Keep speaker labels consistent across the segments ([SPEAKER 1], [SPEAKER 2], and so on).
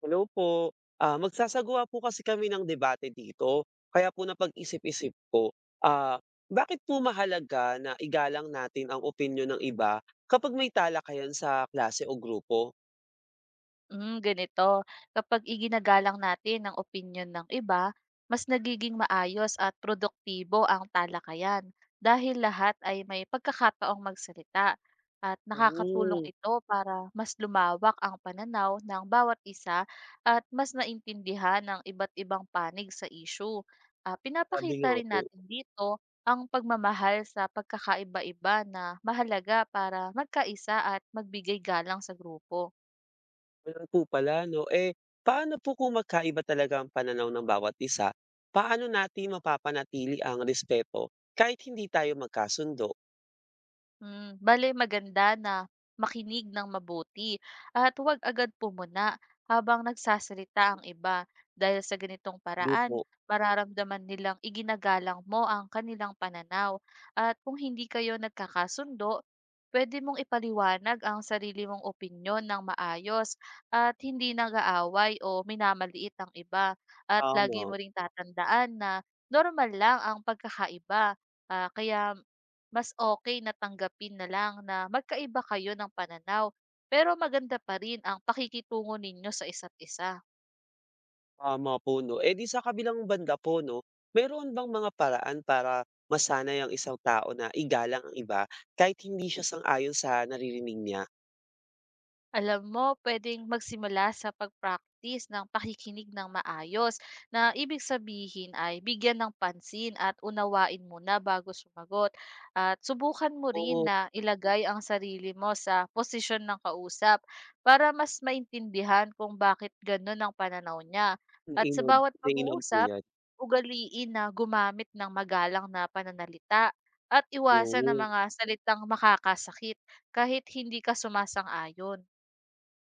[SPEAKER 1] Hello po. Magsasagawa po kasi kami ng debate dito. Kaya po napag-isip-isip ko, ah, bakit po mahalaga na igalang natin ang opinyon ng iba kapag may talakayan sa klase o grupo?
[SPEAKER 2] Hmm, ganito. Kapag iginagalang natin ang opinion ng iba, mas nagiging maayos at produktibo ang talakayan dahil lahat ay may pagkakataong magsalita at nakakatulong
[SPEAKER 1] Hmm,
[SPEAKER 2] ito para mas lumawak ang pananaw ng bawat isa at mas naintindihan ng iba't ibang panig sa issue.
[SPEAKER 1] Sabi
[SPEAKER 2] Pinapakita
[SPEAKER 1] nga
[SPEAKER 2] rin
[SPEAKER 1] po.
[SPEAKER 2] natin dito ang pagmamahal sa pagkakaiba-iba na mahalaga para magkaisa at magbigay galang sa grupo.
[SPEAKER 1] Ganun po pala, no? Eh, paano po kung magkaiba talaga ang pananaw ng bawat isa? Paano natin mapapanatili ang respeto kahit hindi tayo magkasundo?
[SPEAKER 2] Hmm, bale maganda na makinig ng mabuti at huwag agad pumuna habang nagsasalita ang iba, dahil sa ganitong
[SPEAKER 1] Di
[SPEAKER 2] paraan,
[SPEAKER 1] po.
[SPEAKER 2] mararamdaman nilang iginagalang mo ang kanilang pananaw. At kung hindi kayo nagkakasundo, pwede mong ipaliwanag ang sarili mong opinyon ng maayos at hindi nag-aaway o minamaliit ang iba, at lagi
[SPEAKER 1] Tama.
[SPEAKER 2] mo ring tatandaan na normal lang ang pagkakaiba. Kaya mas okay na tanggapin na lang na magkaiba kayo ng pananaw, pero maganda pa rin ang pakikitungo ninyo sa isa't isa.
[SPEAKER 1] Tama po 'no. Eh, di sa kabilang banda po 'no, meron bang mga paraan para masanay ang isang tao na igalang ang iba kahit hindi siya sang-ayon sa naririnig niya?
[SPEAKER 2] Alam mo, pwedeng magsimula sa pag-practice ng pakikinig ng maayos, na ibig sabihin ay bigyan ng pansin at unawain mo na bago sumagot. At subukan mo rin
[SPEAKER 1] Oo,
[SPEAKER 2] na ilagay ang sarili mo sa posisyon ng kausap para mas maintindihan kung bakit ganun ang pananaw niya. At sa
[SPEAKER 1] nainom
[SPEAKER 2] bawat
[SPEAKER 1] nainom po
[SPEAKER 2] pag-uusap,
[SPEAKER 1] 'yan,
[SPEAKER 2] ugaliin na gumamit ng magalang na pananalita at iwasan ng
[SPEAKER 1] yun.
[SPEAKER 2] mga salitang makakasakit kahit hindi ka sumasang-ayon.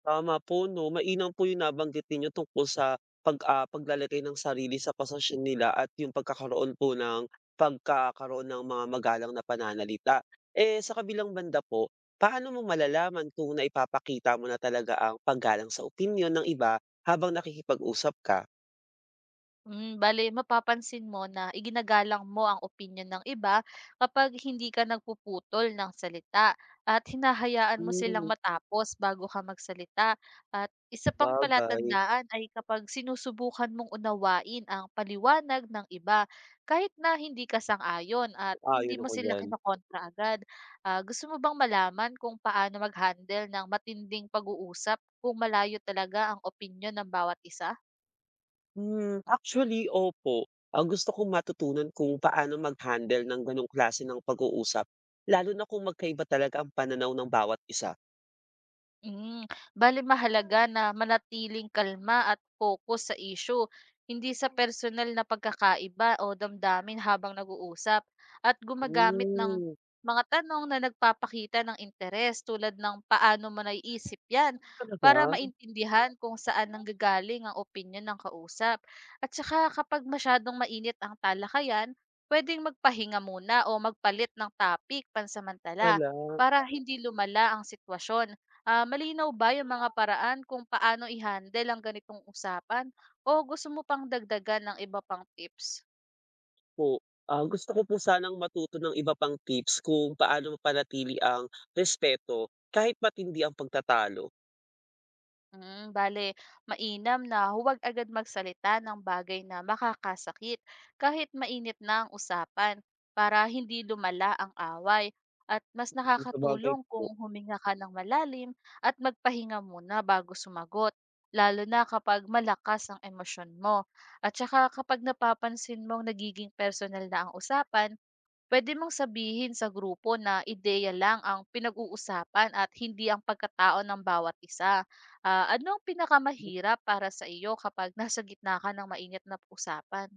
[SPEAKER 1] Tama po 'no, mainam po yung nabanggit ninyo tungkol sa paglalagay ng sarili sa posisyon nila at yung pagkakaroon ng mga magalang na pananalita. Eh, sa kabilang banda po, paano mo malalaman kung naipapakita mo na talaga ang paggalang sa opinyon ng iba habang nakikipag-usap ka?
[SPEAKER 2] Hmm, bale mapapansin mo na iginagalang mo ang opinyon ng iba kapag hindi ka nagpuputol ng salita at hinahayaan mo silang
[SPEAKER 1] Hmm,
[SPEAKER 2] matapos bago ka magsalita. At isa pang
[SPEAKER 1] Sabagay,
[SPEAKER 2] palatandaan ay kapag sinusubukan mong unawain ang paliwanag ng iba kahit na hindi ka sang-ayon at hindi
[SPEAKER 1] ayon
[SPEAKER 2] mo
[SPEAKER 1] ako
[SPEAKER 2] sila
[SPEAKER 1] diyan.
[SPEAKER 2] kinokontra agad. Gusto mo bang malaman kung paano mag-handle ng matinding pag-uusap kung malayo talaga ang opinyon ng bawat isa?
[SPEAKER 1] Actually opo. Ang gusto kong matutunan kung paano mag-handle ng gano'ng klase ng pag-uusap, lalo na kung magkaiba talaga ang pananaw ng bawat isa.
[SPEAKER 2] Hmm, bale mahalaga na manatiling kalma at focus sa issue, hindi sa personal na pagkakaiba o damdamin habang nag-uusap, at gumagamit ng
[SPEAKER 1] Hmm,
[SPEAKER 2] mga tanong na nagpapakita ng interes tulad ng paano mo naiisip yan, para
[SPEAKER 1] Talaga?
[SPEAKER 2] maintindihan kung saan nanggagaling ang opinyon ng kausap. At saka kapag masyadong mainit ang talakayan, pwedeng magpahinga muna o magpalit ng topic pansamantala
[SPEAKER 1] Wala
[SPEAKER 2] para hindi lumala ang sitwasyon. Malinaw ba yung mga paraan kung paano i-handle ang ganitong usapan o gusto mo pang dagdagan ng iba pang tips?
[SPEAKER 1] po. Gusto ko po sanang matuto ng iba pang tips kung paano mapanatili ang respeto kahit matindi ang pagtatalo.
[SPEAKER 2] Mm, bale, mainam na huwag agad magsalita ng bagay na makakasakit kahit mainit na ang usapan para hindi lumala ang away, at mas
[SPEAKER 1] Sabagay
[SPEAKER 2] nakakatulong
[SPEAKER 1] po.
[SPEAKER 2] kung huminga ka ng malalim at magpahinga muna bago sumagot, lalo na kapag malakas ang emosyon mo. At saka kapag napapansin mong nagiging personal na ang usapan, puwede mong sabihin sa grupo na ideya lang ang pinag-uusapan at hindi ang pagkatao ng bawat isa. Ano ang pinakamahirap para sa iyo kapag nasa gitna ka ng mainit na usapan?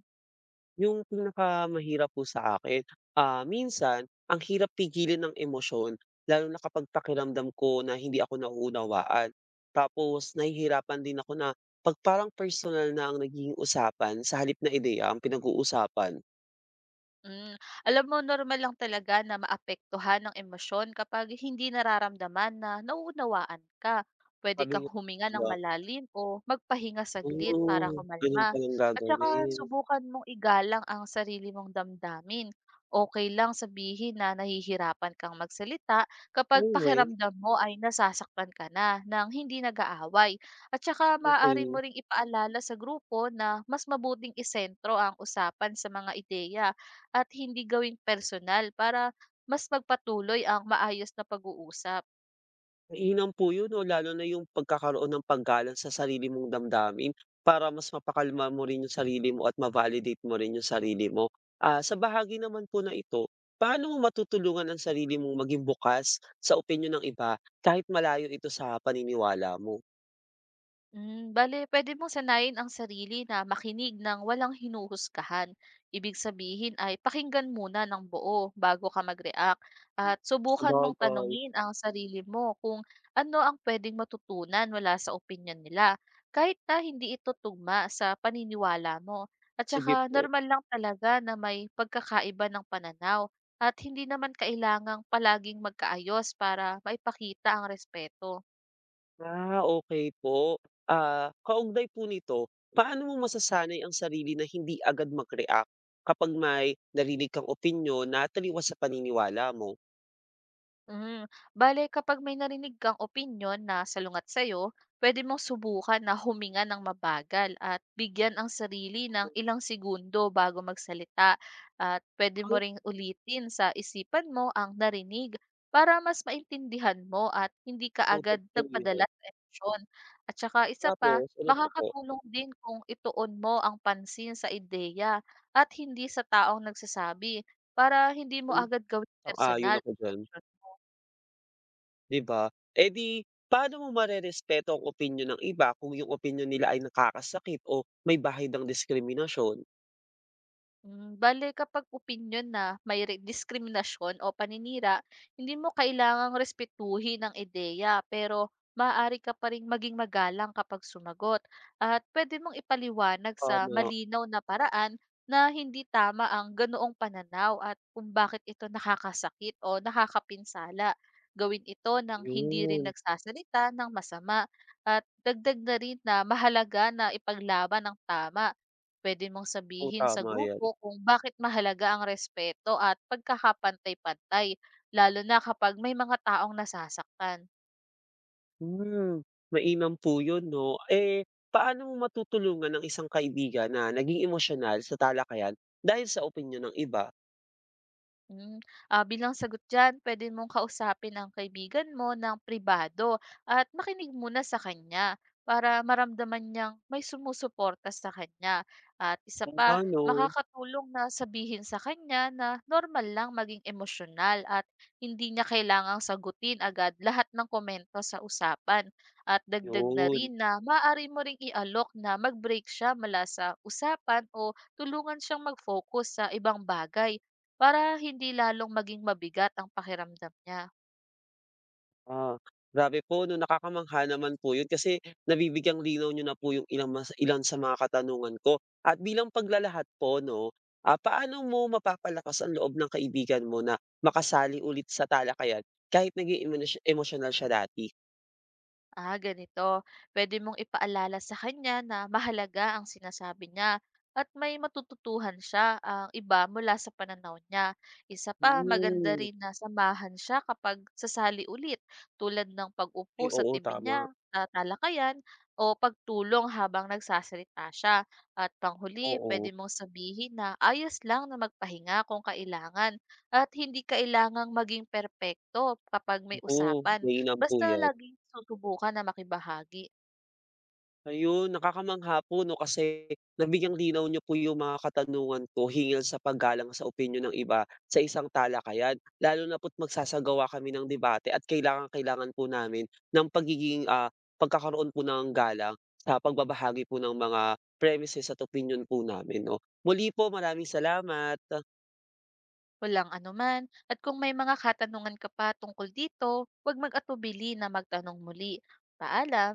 [SPEAKER 1] Yung pinakamahirap po sa akin, minsan ang hirap pigilin ng emosyon lalo na kapag pakiramdam ko na hindi ako nauunawaan. Tapos nahihirapan din ako na 'pag parang personal na ang naging usapan sa halip na ideya ang pinag-uusapan.
[SPEAKER 2] Hmm, alam mo, normal lang talaga na maapektuhan ng emosyon kapag hindi nararamdaman na nauunawaan ka. Pwede
[SPEAKER 1] Sabi
[SPEAKER 2] kang
[SPEAKER 1] nga
[SPEAKER 2] huminga ng
[SPEAKER 1] nila,
[SPEAKER 2] malalim o magpahinga saglit para
[SPEAKER 1] oo, ganun
[SPEAKER 2] kumalma.
[SPEAKER 1] palang
[SPEAKER 2] At saka
[SPEAKER 1] gagawin."
[SPEAKER 2] subukan mong igalang ang sarili mong damdamin. Okay lang sabihin na nahihirapan kang magsalita kapag
[SPEAKER 1] Anyway,
[SPEAKER 2] pakiramdam mo ay nasasaktan ka na nang hindi nag-aaway. At saka maaari mo
[SPEAKER 1] okey.
[SPEAKER 2] ring ipaalala sa grupo na mas mabuting isentro ang usapan sa mga ideya at hindi gawing personal, para mas magpatuloy ang maayos na pag-uusap.
[SPEAKER 1] Mainam po yun 'no, lalo na yung pagkakaroon ng paggalang sa sarili mong damdamin para mas mapakalma mo rin yung sarili mo at ma-validate mo rin yung sarili mo. Sa bahagi naman po na ito, paano mo matutulungan ang sarili mong maging bukas sa opinyon ng iba kahit malayo ito sa paniniwala mo?
[SPEAKER 2] Hmm, bale puwede mong sanayin ang sarili na makinig ng walang hinuhusgahan. Ibig sabihin ay pakinggan muna ng buo bago ka mag-react at subukan mong
[SPEAKER 1] Sabagay,
[SPEAKER 2] tanungin ang sarili mo kung ano ang puwedeng matutunan mula sa opinion nila kahit na hindi ito tugma sa paniniwala mo. At
[SPEAKER 1] sige
[SPEAKER 2] saka
[SPEAKER 1] po.
[SPEAKER 2] normal lang talaga na may pagkakaiba ng pananaw at hindi naman kailangang palaging magkaayos para maipakita ang respeto.
[SPEAKER 1] Okay po. Kaugnay po nito, paano mo masasanay ang sarili na hindi agad mag-react kapag may narinig kang opinyon na taliwas sa paniniwala mo?
[SPEAKER 2] Hmm, bale kapag may narinig kang opinyon na salungat sa'yo, pwede mong subukan na huminga ng mabagal at bigyan ang sarili ng ilang segundo bago magsalita. At pwede mo
[SPEAKER 1] Ang
[SPEAKER 2] ring ulitin sa isipan mo ang narinig para mas maintindihan mo at hindi ka
[SPEAKER 1] Noted
[SPEAKER 2] agad
[SPEAKER 1] po
[SPEAKER 2] nagpadala
[SPEAKER 1] yan.
[SPEAKER 2] sa emosyon. At saka isa pa,
[SPEAKER 1] Tapos ano pa po,
[SPEAKER 2] makakatulong din kung ituon mo ang pansin sa ideya at hindi sa taong nagsasabi, para hindi mo
[SPEAKER 1] hmm,
[SPEAKER 2] agad gawin
[SPEAKER 1] sang-ayon
[SPEAKER 2] personal
[SPEAKER 1] ako
[SPEAKER 2] ang
[SPEAKER 1] diyan,
[SPEAKER 2] reaksyon.
[SPEAKER 1] 'di ba? Eh, di paano mo marerespeto ang opinyon ng iba kung yung opinyon nila ay nakakasakit o may bahid ng diskriminasyon?
[SPEAKER 2] Hmm, bale kapag opinyon na may re diskriminasyon o paninira, hindi mo kailangang respetuhin ang ideya, pero maaari ka pa ring maging magalang kapag sumagot at pwede mong ipaliwanag sa
[SPEAKER 1] Tama,
[SPEAKER 2] malinaw na paraan na hindi tama ang ganoong pananaw at kung bakit ito nakakasakit o nakakapinsala. Gawin ito ng hindi rin
[SPEAKER 1] yun.
[SPEAKER 2] nagsasalita ng masama, at dagdag na rin na mahalaga na ipaglaban ang tama. Puwede mong
[SPEAKER 1] Oo,
[SPEAKER 2] sabihin sa
[SPEAKER 1] tama
[SPEAKER 2] grupo
[SPEAKER 1] yan.
[SPEAKER 2] kung bakit mahalaga ang respeto at pagkakapantay-pantay, lalo na kapag may mga taong nasasaktan.
[SPEAKER 1] Hmm, Mainam po yun 'no. Eh, paano mo matutulungan ng isang kaibigan na naging emosyonal sa talakayan dahil sa opinyon ng iba?
[SPEAKER 2] Hmm, bilang sagot diyan, pwede mong kausapin ang kaibigan mo ng pribado at makinig muna sa kanya para maramdaman niyang may sumusuporta sa kanya. At isa
[SPEAKER 1] Kung
[SPEAKER 2] pa,
[SPEAKER 1] pa'no,
[SPEAKER 2] makakatulong na sabihin sa kanya na normal lang maging emosyonal at hindi niya kailangang sagutin agad lahat ng komento sa usapan. At dagdag na
[SPEAKER 1] yun.
[SPEAKER 2] rin na maaari mo ring ialok na mag-break siya mula sa usapan o tulungan siyang mag-focus sa ibang bagay, para hindi lalong maging mabigat ang pakiramdam niya.
[SPEAKER 1] Ah, Grabe po 'no, nakakamangha naman po yun kasi nabibigyang linaw niyo na po yung ilan sa mga katanungan ko. At bilang paglalahat po 'no, paano mo mapapalakas ang loob ng kaibigan mo na makasali ulit sa talakayan kahit naging emosyonal siya dati?
[SPEAKER 2] Ganito. Pwede mong ipaalala sa kanya na mahalaga ang sinasabi niya at may matututuhan siya ang iba mula sa pananaw niya. Isa pa, maganda
[SPEAKER 1] Hmm,
[SPEAKER 2] rin na samahan siya kapag sasali ulit, tulad ng
[SPEAKER 1] ay
[SPEAKER 2] pag-upo sa
[SPEAKER 1] oo,
[SPEAKER 2] tibi
[SPEAKER 1] tama.
[SPEAKER 2] niya, sa talakayan, o pagtulong habang nagsasalita siya. At panghuli, pwede
[SPEAKER 1] Oo,
[SPEAKER 2] mong sabihin na ayos lang na magpahinga kung kailangan at hindi kailangang maging perpekto kapag may
[SPEAKER 1] oo,
[SPEAKER 2] usapan.
[SPEAKER 1] mainam po
[SPEAKER 2] Basta
[SPEAKER 1] yan.
[SPEAKER 2] laging susubukan na makibahagi.
[SPEAKER 1] Ayun, nakakamangha po 'no, kasi nabigyang linaw niyo po yung mga katanungan ko hinggil sa paggalang sa opinyon ng iba sa isang talakayan. Lalo na po't magsasagawa kami ng debate at kailangang-kailangan po namin ng pagkakaroon po ng galang sa pagbabahagi po ng mga premises at opinyon po namin 'no. Muli po, maraming salamat.
[SPEAKER 2] Walang anuman, at kung may mga katanungan ka pa tungkol dito, huwag mag-atubili na magtanong muli. Paalam!